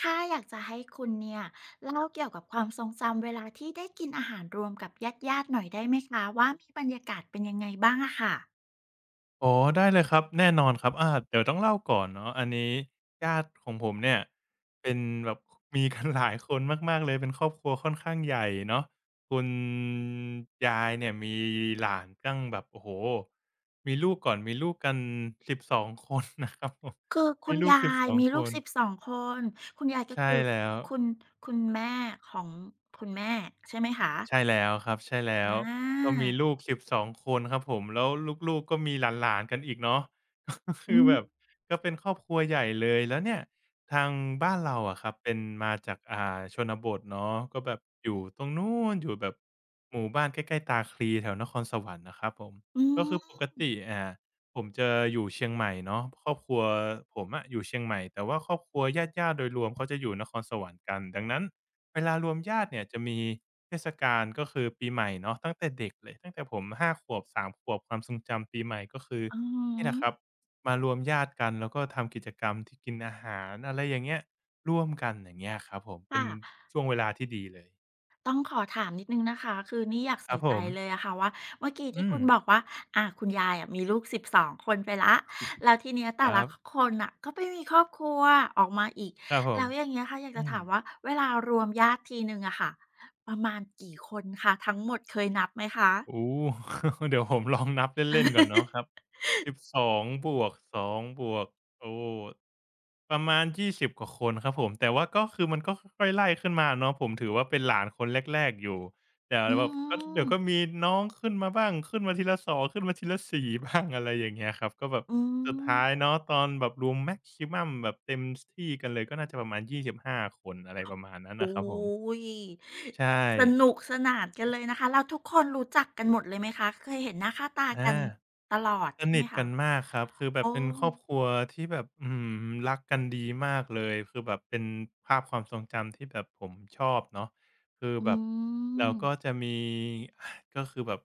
ค่ะอยากจะให้คุณเนี่ยเล่าเกี่ยวกับความทรงจำเวลาที่ได้กินอาหารรวมกับญาติๆหน่อยได้ไหมคะว่ามีบรรยากาศเป็นยังไงบ้างอะค่ะอ๋อได้เลยครับแน่นอนครับเดี๋ยวต้องเล่าก่อนเนาะอันนี้ญาติของผมเนี่ยเป็นแบบมีกันหลายคนมากๆเลยเป็นครอบครัวค่อนข้างใหญ่เนาะคุณยายเนี่ยมีหลานตั้งแบบโอ้โฮมีลูกก่อนมีลูกกัน12คนนะครับผมคือคุมีณลูกยาย12มีคลูกสนสิบสองคนคุณยายก็ใช่คือแล้ว คุณคุณแม่ของคุณแม่ใช่ไหมคะใช่แล้วครับใช่แล้อวก็ามีลูก12คนครับผมแล้วลูกๆก็มีหลานๆกันอีกเนาะ ก็คือือแบบมก็เป็นครอบครัวใหญ่เลยแล้วเนี่ยทางบ้านเราอะครับเป็นมาจากชนบทเนาะก็แบบอยู่ตรงนู้นอยู่แบบหมู่บ้านใกล้ๆตาคลีแถวนครสวรรค์นะครับผมอืก็คือปมกติผมจะอยู่เชียงใหม่เนาะครอบครัวผมอะอยู่เชียงใหม่แต่ว่าครอบครัวญาติๆโดยรวมเขาจะอยู่นครสวรรค์กันดังนั้น เวลารวมญาติเนี่ยจะมีเทศกาลก็คือปีใหม่เนาะตั้งแต่เด็กเลยตั้งแต่ผม5 ขวบ3 ขวบความทรงจำปีใหม่ก็คืออืนี่แหมละครับมารวมญาติกันแล้วก็ทำกิจกรรมที่กินอาหารอะไรอย่างเงี้ยร่วมกันอย่างเงี้ยครับผมเป็นค่ะ ช่วงเวลาที่ดีเลยต้องขอถามนิดนึงนะคะ คือนี่อยากคใส่รับผใจมเลยอะค่ะว่าเมื่อกี้ที่อืคุมณบอกว่าอาคุณยายอะมีลูกสสิบสองคนไปแล้วแล้วทีเนี้ยคแต่รัละบคนอ่ะก็ไปมีครอบครัวออกมาอีก ครับผมแล้วอย่างเงี้ยค่ะอยากจะอืม ถามว่าเวลารวมญาติทีหนึ่งอะค่ะ ประมาณกี่คนคะทั้งหมดเคยนับไหมคะ โอ้ เดี๋ยวผมลองนับเล่นๆก่อนเนาะครับ 12บสองบวก2บวกโอ้ประมาณ20กว่าคนครับผมแต่ว่าก็คือมันก็ค่อยๆไล่ขึ้นมาเนาะผมถือว่าเป็นหลานคนแรกๆอยู่แต่อืแบบก็มเดี๋ยวก็มีน้องขึ้นมาบ้าง ขึ้นมาทีละสองขึ้นมาทีละสี่บ้างอะไรอย่างเงี้ยครับก็แบบอืสุดมท้ายเนาะตอนแบบรวมแม็กซิมัมแบบเต็มที่กันเลยก็น่าจะประมาณ 25 คนอะไรประมาณนั้นโอ้นะครับผม ยใช่สนุกสนานกันเลยนะคะ แล้วทุกคนรู้จักกันหมดเลยไหมคะเคยเห็นหน้าค่าตาอา กันตลอดสใช่ไหนิมทกัคะ นมากครับคือแบอ๋บอเป็นครอบครัวที่แบบอื้อฮือรักกันดีมากเลยคือแบบเป็นภาพความทรงจำที่แบบผมชอบเนาะคืออืแบบเราก็ม จะมีก็คือแบบ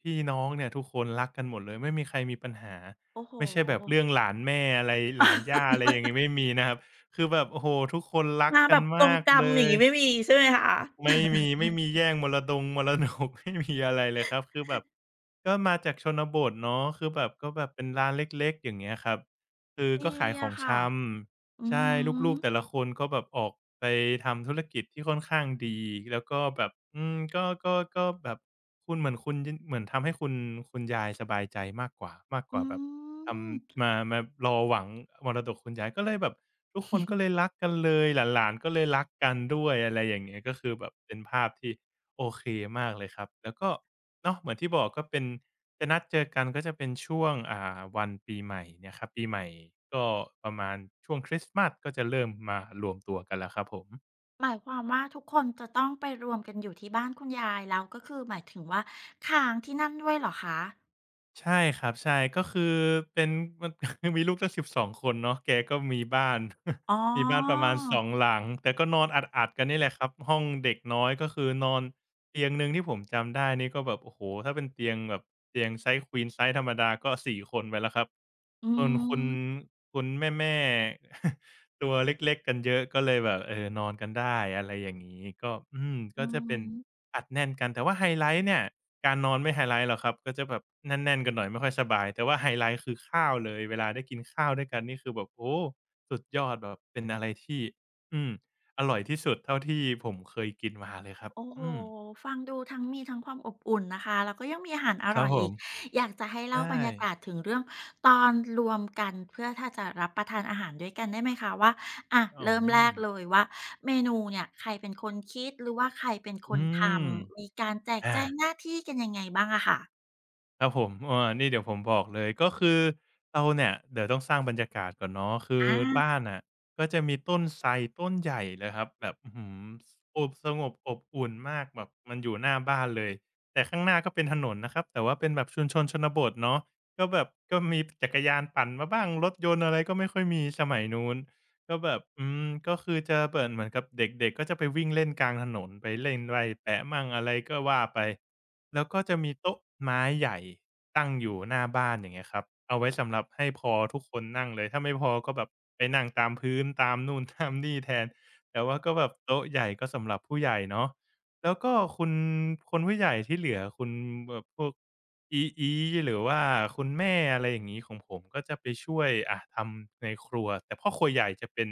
พี่น้องเนี่ยทุกคนรักกันหมดเลยไม่มีใครมีปัญหาโอ้โฮไม่ใช่แบบเรื่องหลานแม่อะไรหลานย่าอะไรอย่างงี้ไม่มีนะครับคือแบบโอ้โฮทุกคนรักมากัแบนบกรงมากกรรมเลอย่างย งี้ไม่มีใช่ไหมคะไม่มีแย่งมรดงมรดก ไม่มีอะไรเลยครับคือแบบก็มาจากชนบทเนาะคือแบบก็แบบเป็นร้านเล็กๆอย่างเงี้ยครับคือดีก็ขายขออะงชค่ะ ำอือใช่ฮึลูกๆแต่ละคนก็แบบออกไปทำธุรกิจที่ค่อนข้างดีแล้วก็แบบอืมก็แบบคุณเหมือนคุณยเหมือนทำให้คุณยายสบายใจมากกว่ามากกอืว่าแบบ ทม ำมารอหวังมรดกคุณยายก็เลยแบบทุกคนก็เลยรักกันเลยหลานๆก็เลยรักกันด้วยอะไรอย่างเงี้ยก็คือแบบเป็นภาพที่โอเคมากเลยครับแล้วก็เนาะเหมือนที่บอกก็เป็นจะนัดเจอกันก็จะเป็นช่วงวันปีใหม่เนี่ยครับปีใหม่ก็ประมาณช่วงคริสต์มาสก็จะเริ่มมารวมตัวกันแล้วครับผม หมายความว่าทุกคนจะต้องไปรวมกันอยู่ที่บ้านคุณยายแล้วก็คือหมายถึงว่าค้างที่นั่นด้วยเหรอคะใช่ครับใช่ก็คือเป็นมัน มีลูกตั้ง12คนเนาะแกก็มีบ้าน อ๋อ มีบ้านประมาณ2หลังแต่ก็นอนอัดๆกันนี่แหละครับห้องเด็กน้อยก็คือนอนเตียงหนึ่งที่ผมจำได้นี่ก็แบบโอ้โฮถ้าเป็นเตียงแบบเตียงไซซ์ queen size ธรรมดาก็4คนไปแล้วครับอืส่วนคุณมคุณแม่ ๆตัวเล็กๆกันเยอะก็เลยแบบเออนอนกันได้อะไรอย่างงี้ก็อืมอืก็จะเป็นม อัดแน่นกันแต่ว่าไฮไลต์เนี่ย การนอนไม่ไฮไลท์หรอกครับก็จะแบบแน่นๆกันหน่อยไม่ค่อยสบายแต่ว่าไฮไลต์คือข้าวเลยเวลาได้กินข้าวด้วยกันนี่คือแบบโอ้สุดยอดแบบเป็นอะไรที่อืมอร่อยที่สุดเท่าที่ผมเคยกินมาเลยครับโอ้โฮอืมฟังดูทั้งมีทั้งความอบอุ่นนะคะ แล้วก็ยังมีอาหารอครัร่บอยผอีมก อยากจะให้เล่าใช่บรรยากาศถึงเรื่องตอนรวมกันเพื่อถ้าจะรับประทานอาหารด้วยกันได้ไหมคะว่าอะอเริ่มแรืกมเลยว่าเมนูเนี่ยใครเป็นคนคิดหรือว่าใครเป็นคอืนทมำ มีการแจกแจอา งหน้าที่กันยังไงบ้างอะค่ะครับผมนี่เดี๋ยวผมบอกเลยก็คือเราเนี่ยเดี๋ยวต้องสร้างบรรยากาศก่อนเนาะคือบ้าอานน่ะก็จะมีต้นไทรต้นใหญ่เลยครับแบบอื้อฮืออบสงบอบอุ่นมากแบบมันอยู่หน้าบ้านเลยแต่ข้างหน้าก็เป็นถนนนะครับแต่ว่าเป็นแบบชุมชนชนบทเนาะก็แบบก็มีจักรยานปั่นมาบ้างรถยนต์อะไรก็ไม่ค่อยมีสมัยนู้น ก็แบบอืม ก็คือจะเปิดเหมือนกับเด็กๆ ก็จะไปวิ่งเล่นกลางถนนไปเล่นไล่แปะมั่งอะไรก็ว่าไป แล้วก็จะมีโต๊ะไม้ใหญ่ตั้งอยู่หน้าบ้านอย่างเงี้ยครับเอาไว้สำหรับให้พอทุกคนนั่งเลย ถ้าไม่พอก็แบบไปนั่งตามพื้นตามนู่นตามนี่แทนแต่ว่าก็แบบโต๊ะใหญ่ก็สำหรับผู้ใหญ่เนาะ แล้วก็คุณคนผู้ใหญ่ที่เหลือคุณแบบพวกอีๆหรือว่าคุณแม่อะไรอย่างงี้ของผมก็จะไปช่วยทำในครัวแต่พ่อครัวใหญ่จะเป็น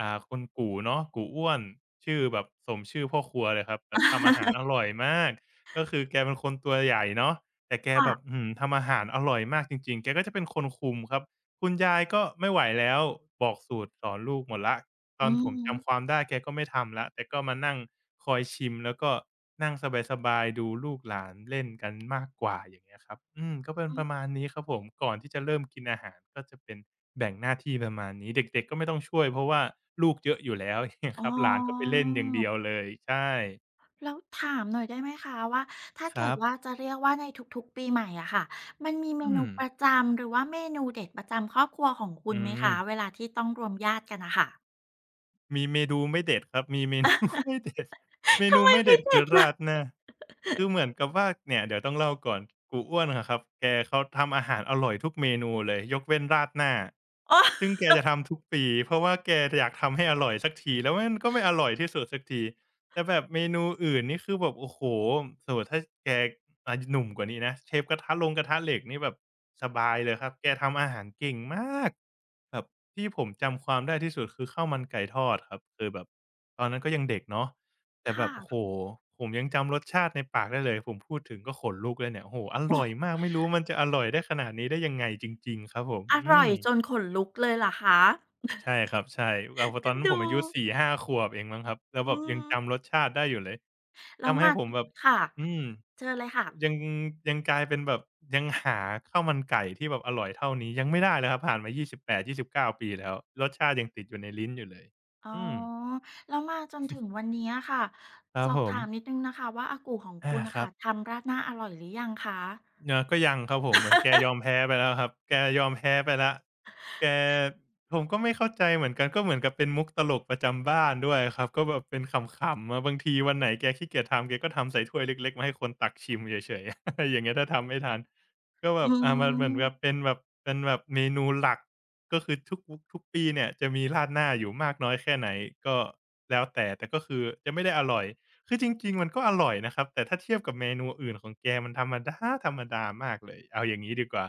คุณกู่เนาะกู่อ้วนชื่อแบบสมชื่อพ่อครัวเลยครับแบบทำอาหารอร่อยมากก็คือแกเป็นคนตัวใหญ่เนาะแต่แกค่ะแบบอื้อฮือทำอาหารอร่อยมากจริงๆแกก็จะเป็นคนคุมครับคุณยายก็ไม่ไหวแล้วบอกสูตรสอนลูกหมดแล้ว ตอือนผมจำความมได้แกก็ไม่ทำแล้วแต่ก็มานั่งคอยชิมแล้วก็นั่งสบายๆดูลูกหลานเล่นกันมากกว่าอย่างเงี้ยครับอืมก็เป็นอือประมาณนี้ครับผมก่อนที่จะเริ่มกินอาหารก็จะเป็นแบ่งหน้าที่ประมาณนี้เด็กๆก็ไม่ต้องช่วยเพราะว่าลูกเยอะอยู่แล้ว อย่างเงี้ยอ๋อ ครับหลานก็ไปเล่นอย่างเดียวเลยใช่แล้วถามหน่อยได้ไหมคะว่าถ้าคเกิรัดบว่าจะเรียกว่าในทุกๆปีใหม่อะค่ะมันมีเมอืนูมประจำหรือว่าเมนูเด็ดประจำครอบครัวของคุณอืไหมคะม เวลาที่ต้องรวมญาติกันน่ะค่ะ มีเมนูไม่เด็ดครับมี เมนู ไม่เด็ดเม ทำนูไมไม่ไม่เด็ดคืเด็อดล่ะ ราดหน้าคือเห มือนกับว่าเนี่ยเดี๋ยวต้องเล่าก่อนกูอ้วนอะครับแกเขาทำอาหารอร่อยทุกเมนูเลยยกเว้นราดหน้าอ๋อซึ่งแกจะทำทุกปีเพราะว่าแกอยากทำให้อร่อยสักทีแล้วมันก็ไม่อร่อยที่สุดสักที แต่แบบเมนูอื่นนี่คือแบบโอ้โฮสมมุติถ้าแกอาหนุ่มกว่านี้นะเชฟกระทะลงกระทะเหล็กนี่แบบสบายเลยครับแกทำอาหารเก่งมากแบบที่ผมจำความได้ที่สุดคือข้าวมันไก่ทอดครับคือแบบตอนนั้นก็ยังเด็กเนาะแต่แบค่ะบโอ้โฮผมยังจำรสชาติในปากได้เลยผมพูดถึงก็ขนลุกเลยเนี่ยโอ้โฮอร่อยมากไม่รู้มันจะอร่อยได้ขนาดนี้ได้ยังไงจริงๆครับผมออืร่อยม จนขนลุกเลยเหรอคะใช่ครับใช่เราตอเอ็นนนั้นผดูมอายุ4-5ขวบเองมั้งครับแล้วอืแบบยังมจำรสชาติได้อยู่เลยแล้วทำให้มาผมแบบค่ะอืมเชิญเลยค่ะยังยังกลายเป็นแบบยังหาข้าวมันไก่ที่แบบอร่อยเท่านี้ยังไม่ได้เลยครับผ่านมา28-29ปดยีสิบเก้าปีแล้วรสชาติยังติดอยู่ในลิ้นอยู่เลยอ๋ออืมแล้วมาจนถึงวันนี้อะค่ะครัสบอผบมถามนิดหนึ่งนะคะว่าอากูของอาคุณน่ะครัค่ะบ ทำราดหน้าอร่อยหรือยังคะเนาะก็ยังครับผมเหมือนแกยอมแพ้ไปแล้วครับแกยอมแพ้ไปแล้วแกผมก็ไม่เข้าใจเหมือนกันก็เหมือนกับเป็นมุกตลกประจำบ้านด้วยครับก็แบบเป็นขำๆอะบางทีวันไหนแกขี้เกียจทำแกก็ทำใส่ถ้วยเล็กๆมาให้คนตักชิมเฉยๆ อะไรอย่างเงี้ยถ้าทำไม่ทันก็แบอืบอามันเหมือนม แบบเป็นแบบเมนูหลักก็คือทุกปีเนี่ยจะมีราดหน้าอยู่มากน้อยแค่ไหนก็แล้วแต่แต่ก็คือจะไม่ได้อร่อย คือจริงๆมันก็อร่อยนะครับแต่ถ้าเทียบกับเมนูอื่นของแกมันธรรมดามากเลยเอาอย่างงี้ดีกว่า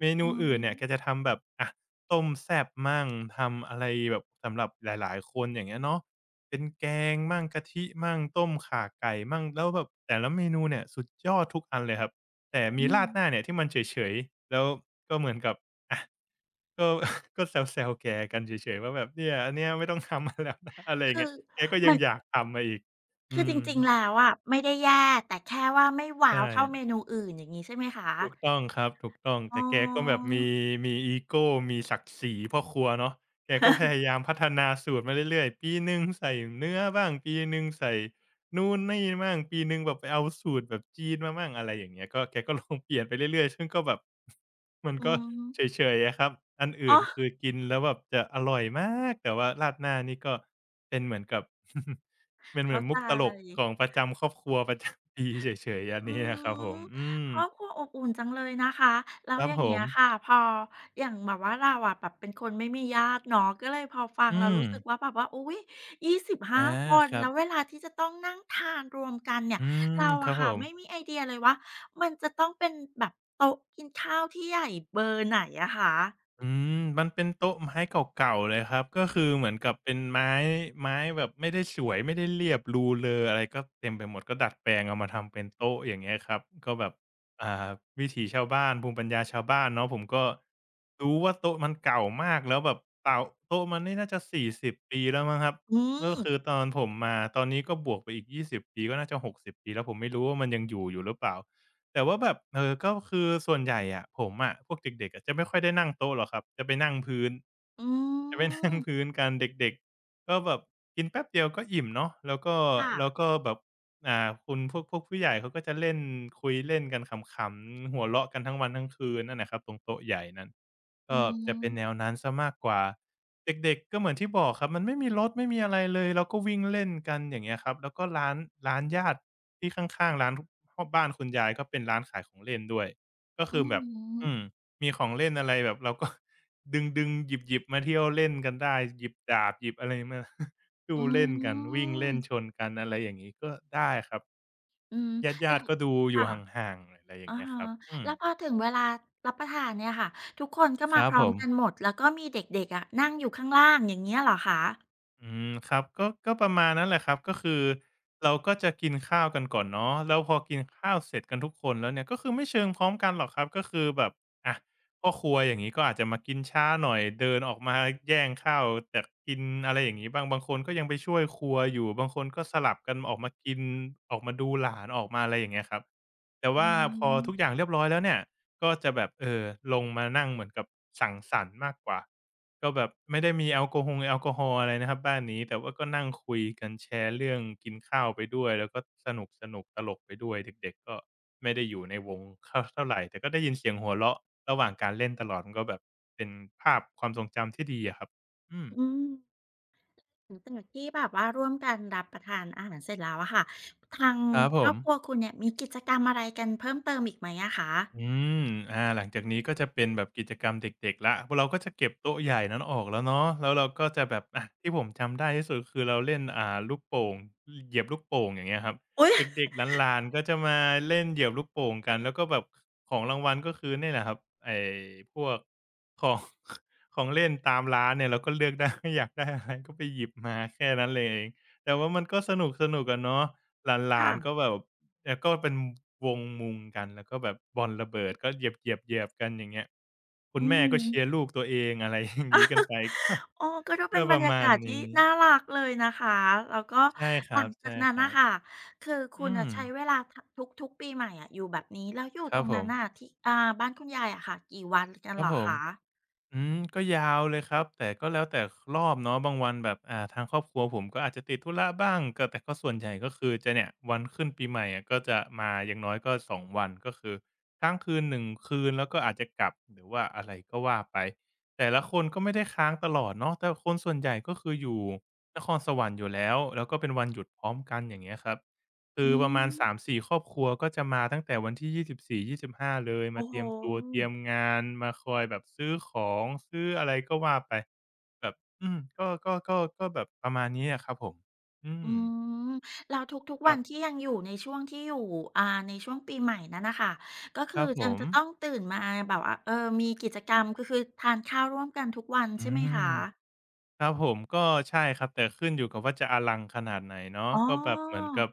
เมอืนูออื่นเนี่ยแกจะทำแบบอะต้มแซ่บมั่งทำอะไรแบบสำหรับหลายๆคนอย่างเงี้ยเนาะเป็นแกงมั่งกะทิมั่งต้มข่าไก่มั่งแล้วแบบแต่ละเมนูเนี่ยสุดยอดทุกอันเลยครับแต่มีอืมราดหน้าเนี่ยที่มันเฉยๆแล้วก็เหมือนกับอะก็ ก็แซวๆแกกันเฉยๆว่าแบบเนี่ยอันเนี้ยไม่ต้องทำ มาแล้วนะอะไรอย่างคืเงี้อยแกก็ยัมังนอยากทำมาอีก คือือจมริงๆแล้วอะไม่ได้แย่แต่แค่ว่าไม่ว้าวใช่ เท่าเมนูอื่นอย่างงี้ใช่ไหมคะถูกต้องครับถูกต้องอ๋แต่อ แกก็แบบมีอีโกมีศักดิ์ศรีพ่อครัวเนาะแกก็พยายา มพัฒนาสูตรมาเรื่อยๆปีหนึ่งใส่เนื้อบ้างปีหนึ่งใส่นู่นนี่มั่งปีหนึ่งแบบไปเอาสูตรแบบจีนมามั่งอะไรอย่างเงี้ยก็แกก็ลองเปลี่ยนไปเรื่อยๆซึ่งก็แบบ มันอืก็มเฉยๆอะครับอันอื่อ๋อนคือกินแล้วแบบจะอร่อยมากแต่ว่าราดหน้านี่ก็เป็นเหมือนกับ เป็นเหมืเข้าอนใมุกตลกขจ องประจำครอบครัวประจำปีเฉยๆอันอืนี้อะครับผมมอืครอบม ครัวอบอุ่นจังเลยนะคะแล้ควรัอบย่าผงเงี้ยค่ะมพออย่างแบบว่าเราอะแบบเป็นคนไม่มีญาติเนาะก็เลยพอฟังอืเรามรู้สึกว่าแบบว่าอุ๊ย25อาคนครัแล้บวเวลาที่จะต้องนั่งทานรวมกันเนี่ยอืมเราครัอะบผค่ะมไม่มีไอเดียเลยว่ามันจะต้องเป็นแบบโต๊ะกินข้าวที่ใหญ่เบอร์ไหนอะคะอืมมันเป็นโต๊ะไม้เก่าๆเลยครับก็คือเหมือนกับเป็นไม้แบบไม่ได้สวยไม่ได้เรียบรูเรออะไรก็เต็มไปหมดก็ดัดแปลงเอามาทำเป็นโต๊ะอย่างเงี้ยครับก็แบบอ่าวิถีชาวบ้านภูมิปัญญาชาวบ้านเนาะผมก็รู้ว่าโต๊ะมันเก่ามากแล้วแบบเต่าโต๊ะมันนี่น่าจะ40ปีแล้วมั้งครับอืก็มคือตอนผมมาตอนนี้ก็บวกไปอีกยี่สิบปีก็น่าจะหกสิบปีแล้วผมไม่รู้ว่ามันยังอยู่อยู่หรือเปล่า แต่ว่าแบบก็คือส่วนใหญ่อะผมอะพวกเด็กๆอะจะไม่ค่อยได้นั่งโต๊ะหรอกครับจะไปนั่งพื้นอืมกันเด็กๆก็แบบกินแป๊บเดียวก็อิ่มเนาะแล้วก็ค่ะแล้วก็แบบคุณพวกผู้ใหญ่เขาก็จะเล่นคุยเล่นกันขำๆหัวเราะกันทั้งวันทั้งคืนนั่นแหละครับตรงโต๊ะใหญ่นั้นอืก็จะเป็นแนวมนั้นเสียมากกว่าเด็กๆก็เหมือนที่บอกครับมันไม่มีรถไม่มีอะไรเลยเราก็วิ่งเล่นกันอย่างเงี้ยครับแล้วก็ร้านญาติ ที่ข้างๆร้านทฮอบบ้านคุณยายก็เป็นร้านขายของเล่นด้วยก็อืคือแบบอืมมมีของเล่นอะไรแบบเราก็ดึงๆหยิบๆมาเที่ยวเล่นกันได้หยิบดาบหยิบอะไรมา สู้เล่นอกันวิ่งเล่นมชนกันอะไรอย่างงี้ก็ได้ครับอืมอืมแล้ญาวติๆก็ดูอยู่หค่ะ ่างๆอะไรอย่าอะงเงี้ยคฮะรับอืมแล้วพอถึงเวลารับประทานเนี่ยค่ะทุกคนก็คมารัพบร้อผมม กันหมดแล้วก็มีเด็กๆอะนั่งอยู่ข้างล่างอย่างเงี้ยเหรอคะอืมครับก็ประมาณนั้นแหละครับก็คือเราก็จะกินข้าวกันก่อนเนาะแล้วพอกินข้าวเสร็จกันทุกคนแล้วเนี่ยก็คือไม่เชิงพร้อมกันหรอกครับก็คือแบบอะพ่อครัวอย่างนี้ก็อาจจะมากินช้าหน่อยเดินออกมาแย่งข้าวแตกกินอะไรอย่างนี้บางคนก็ยังไปช่วยครัวอยู่บางคนก็สลับกันออกมากินออกมาดูหลานออกมาอะไรอย่างเงี้ยครับแต่อืว่าพอทุกอมย่างเรียบร้อยแล้วเนี่ยก็จะแบบลงมานั่งเหมือนกับสังสรรค์มากกว่า ก็แบบไม่ได้มีแอลกอฮอล์อะไรนะครับบ้านนี้แต่ว่าก็นั่งคุยกันแชร์เรื่องกินข้าวไปด้วยแล้วก็สนุกๆตลกไปด้วยเด็กๆก็ไม่ได้อยู่ในวงเท่าไรแต่ก็ได้ยินเสียงหัวเราะระหว่างการเล่นตลอดมันก็แบบเป็นภาพความทรงจำที่ดีอะครับอืมอืมหลังจากที่แบบว่าร่วมกันรับประทานอาหารเสร็จแล้วอะค่ะทางครับผครอม บครัวคุณเนี่ยมีกิจกรรมอะไรกันเพิ่มเติมอีกไหมอะคะอืมหลังจากนี้ก็จะเป็นแบบกิจกรรมเด็กๆแล้วพวกเราก็จะเก็บโต๊ะใหญ่นั้นออกแล้วเนาะแล้วเราก็จะแบบอะที่ผมจำได้ที่สุดคือเราเล่นลูกโป่งเหยียบลูกโป่งอย่างเงี้ยครับอุ๊ยเด็กๆหลานๆก็จะมาเล่นเหยียบลูกโป่งกันแล้วก็แบบของรางวัลก็คือเนี่ยแหละครับไอ้พวกของ ของเล่นตามร้านเนี่ยเราก็เลือกได้ อยากได้อะไรก็ไปหยิบมาแค่นั้นเลยแต่ว่ามันก็สนุกๆอะเนาะหลานๆก็ค่ะแบบ แล้วก็เป็นวงมุงกันแล้วก็แบบบอลระเบิดก็เหยียบๆๆกันอย่างเงี้ยคุอืณแม่ก็ม เชียร์ลูกตัวเองอะไร อย่างงี้กันไป อ๋อก็ดู เป็ก็นบปรรระยามากาณศที่นี้น่ารักเลยนะคะแล้วก็ใช่คหลัรังจากนั้นน่ะบค่ะคือๆคุณอือะมใช้เวลาททุกๆปีใหม่อะอยู่แบบนี้แล้วอยู่คตรัรบงผนั้นมน่ะที่อ่าบ้านคุณยายอะค่ะกี่วันกันครัเหบรอผคม ะอืมก็ยาวเลยครับแต่ก็แล้วแต่รอบเนาะบางวันแบบทางครอบครัวผมก็อาจจะติดธุระบ้างก็แต่ก็ส่วนใหญ่ก็คือจะเนี่ยวันขึ้นปีใหม่อะก็จะมาอย่างน้อยก็สองวันก็คือค้างคืนหนึ่งคืนแล้วก็อาจจะกลับหรือว่าอะไรก็ว่าไปแต่ละคนก็ไม่ได้ค้างตลอดเนาะแต่คนส่วนใหญ่ก็คืออยู่นครสวรรค์อยู่แล้วแล้วก็เป็นวันหยุดพร้อมกันอย่างเงี้ยครับ คืออืประมมาณ3-4ครอบครัวก็จะมาตั้งแต่วันที่24-25เลยมาโอ้เตโฮรียมตัวเตรียมงานมาคอยแบบซื้อของซื้ออะไรก็ว่าไปแบบอืมก็แบบประมาณนี้อะครับผมอือืมมแล้วทุกคๆวัรันที่บยังอยู่ในช่วงที่อยู่อ่าในช่วงปีใหม่นั้นน่ะค่ะก็คคือรับผยังมจะต้องตื่นมาแบบว่าเออมีกิจกรรมก็คือทานข้าวร่วมกันทุกวันอืใช่ไหมม คะครับผมก็ใช่ครับแต่ขึ้นอยู่กับว่าจะอลังขนาดไหนเนาะอ๋อ ก็แบบเหมือนกับ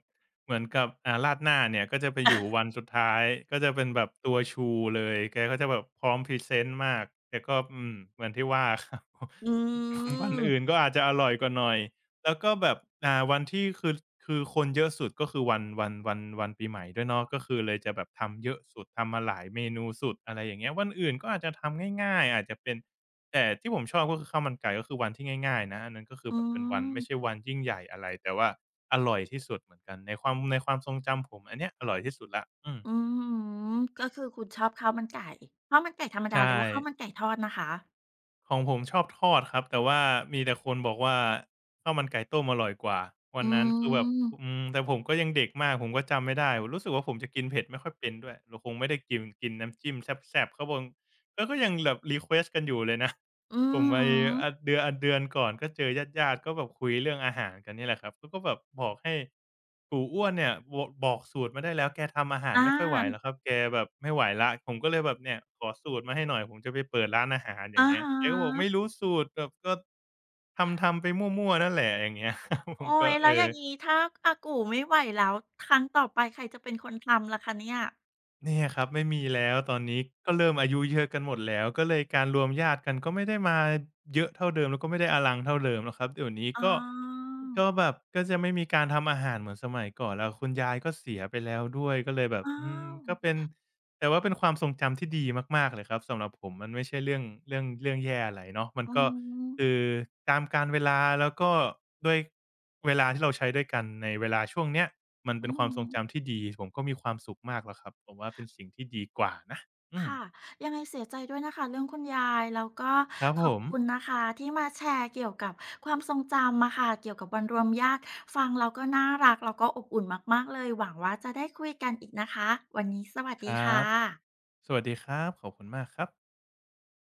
เหมือนกับราดหน้าเนี่ยก็จะไปอยู่วั นสุดท้ายก็จะเป็นแบบตัวชูเลยแกก็จะแบบพร้อมพรีเซนต์มากแต่ก็อืมเหมือนที่ว่า ครับ อื วันอื่นม ก็อาจจะอร่อยกว่าหน่อยแล้วก็แบบวันที่คือคนเยอะสุดก็คือวันปีใหม่ด้วยเนาะก็คือเลยจะแบบทำเยอะสุดทำมาหลายเมนูสุดอะไรอย่างเงี้ยวันอื่นก็อาจจะทำง่ายๆอาจจะเป็น แต่ที่ผมชอบก็คือข้าวมันไก่ก็คือวันที่ง่ายๆนะอันนั้นก็คืออืแบบเป็นวันไม่ใช่มวันยิ่งใหญ่อะไรแต่ว่าอร่อยที่สุดเหมือนกันในความทรงจำผมอันเนี้ยอร่อยที่สุดแล้วอืมอืมก็คือคุณชอบข้าวมันไก่ข้าวมันไก่ธรรมดาใช่หรือว่าข้าวมันไก่ทอดนะคะของผมชอบทอดครับแต่ว่ามีแต่คนบอกว่าข้าวมันไก่ต้มอร่อยกว่าวันอืนั้นคือแบบมอืมแต่ผมก็ยังเด็กมากผมก็จำไม่ได้รู้สึกว่าผมจะกินเผ็ดไม่ค่อยเป็นด้วยเราคงไม่ได้กินกินน้ำจิ้มแซ่บๆเขาบงกก็ยังแบบรีเควสต์กันอยู่เลยนะ อือผมฮไปึเดือนอนเดือนก่อนก็เจอญาติๆก็แบบคุยเรื่องอาหารกันนี่แหละครับเขาก็แบบบอกให้กูอ้วนเนี่ยบอกสูตรมาได้แล้วแกทำอาหารอาไม่ค่อยไหวแล้วครับแกแบบไม่ไหวละผมก็เลยแบบเนี่ยขอสูตรมาให้หน่อยผมจะไปเปิดร้านอาหารอย่าอะงเงี้ฮยแกก็บอกไม่ะรู้สูตรแบบก็ทำไปมั่วๆนั่นแหละอย่างเงี้ย ผมโอ๊ก็ยเอแล้วออ ย่างงี้ถ้าอากูไม่ไหวแล้วครั้งต่อไปใครจะเป็นคนทำล่ะคะเนี่ยเนี่ยครับไม่มีแล้วตอนนี้ก็เริ่มอายุเยอะกันหมดแล้วก็เลยการรวมญาติกันก็ไม่ได้มาเยอะเท่าเดิมแล้วก็ไม่ได้อลังเท่าเดิมแล้วครับเดี๋ยวนี้อ๋ก็อก็แบบก็จะไม่มีการทำอาหารเหมือนสมัยก่อนแล้วคุณยายก็เสียไปแล้วด้วยก็เลยแบบอ้าอืมวก็เป็นแต่ว่าเป็นความทรงจำที่ดีมากๆเลยครับสำหรับผมมันไม่ใช่เรื่องแย่อะไรเนาะมันอืก็มคือตามกาลเวลาแล้วก็ด้วยเวลาที่เราใช้ด้วยกันในเวลาช่วงเนี้ย มันอืเป็นความทรงจำม ที่ดีผมก็มีความสุขมากแล้วครับผมว่าเป็นสิ่งที่ดีกว่านะอืมค่ะยังไงเสียใจด้วยนะคะเรื่องคุณยายแล้วก็ครับขผอบมคุณนะคะที่มาแชร์เกี่ยวกับความทรงจำอะค่ะเกี่ยวกับวันรวมญาติฟังแล้วก็น่ารักแล้วก็อบอุ่นมากๆเลยหวังว่าจะได้คุยกันอีกนะคะวันนี้สวัสคดีรัค่บะสวัสดีครับขอบคุณมากครับ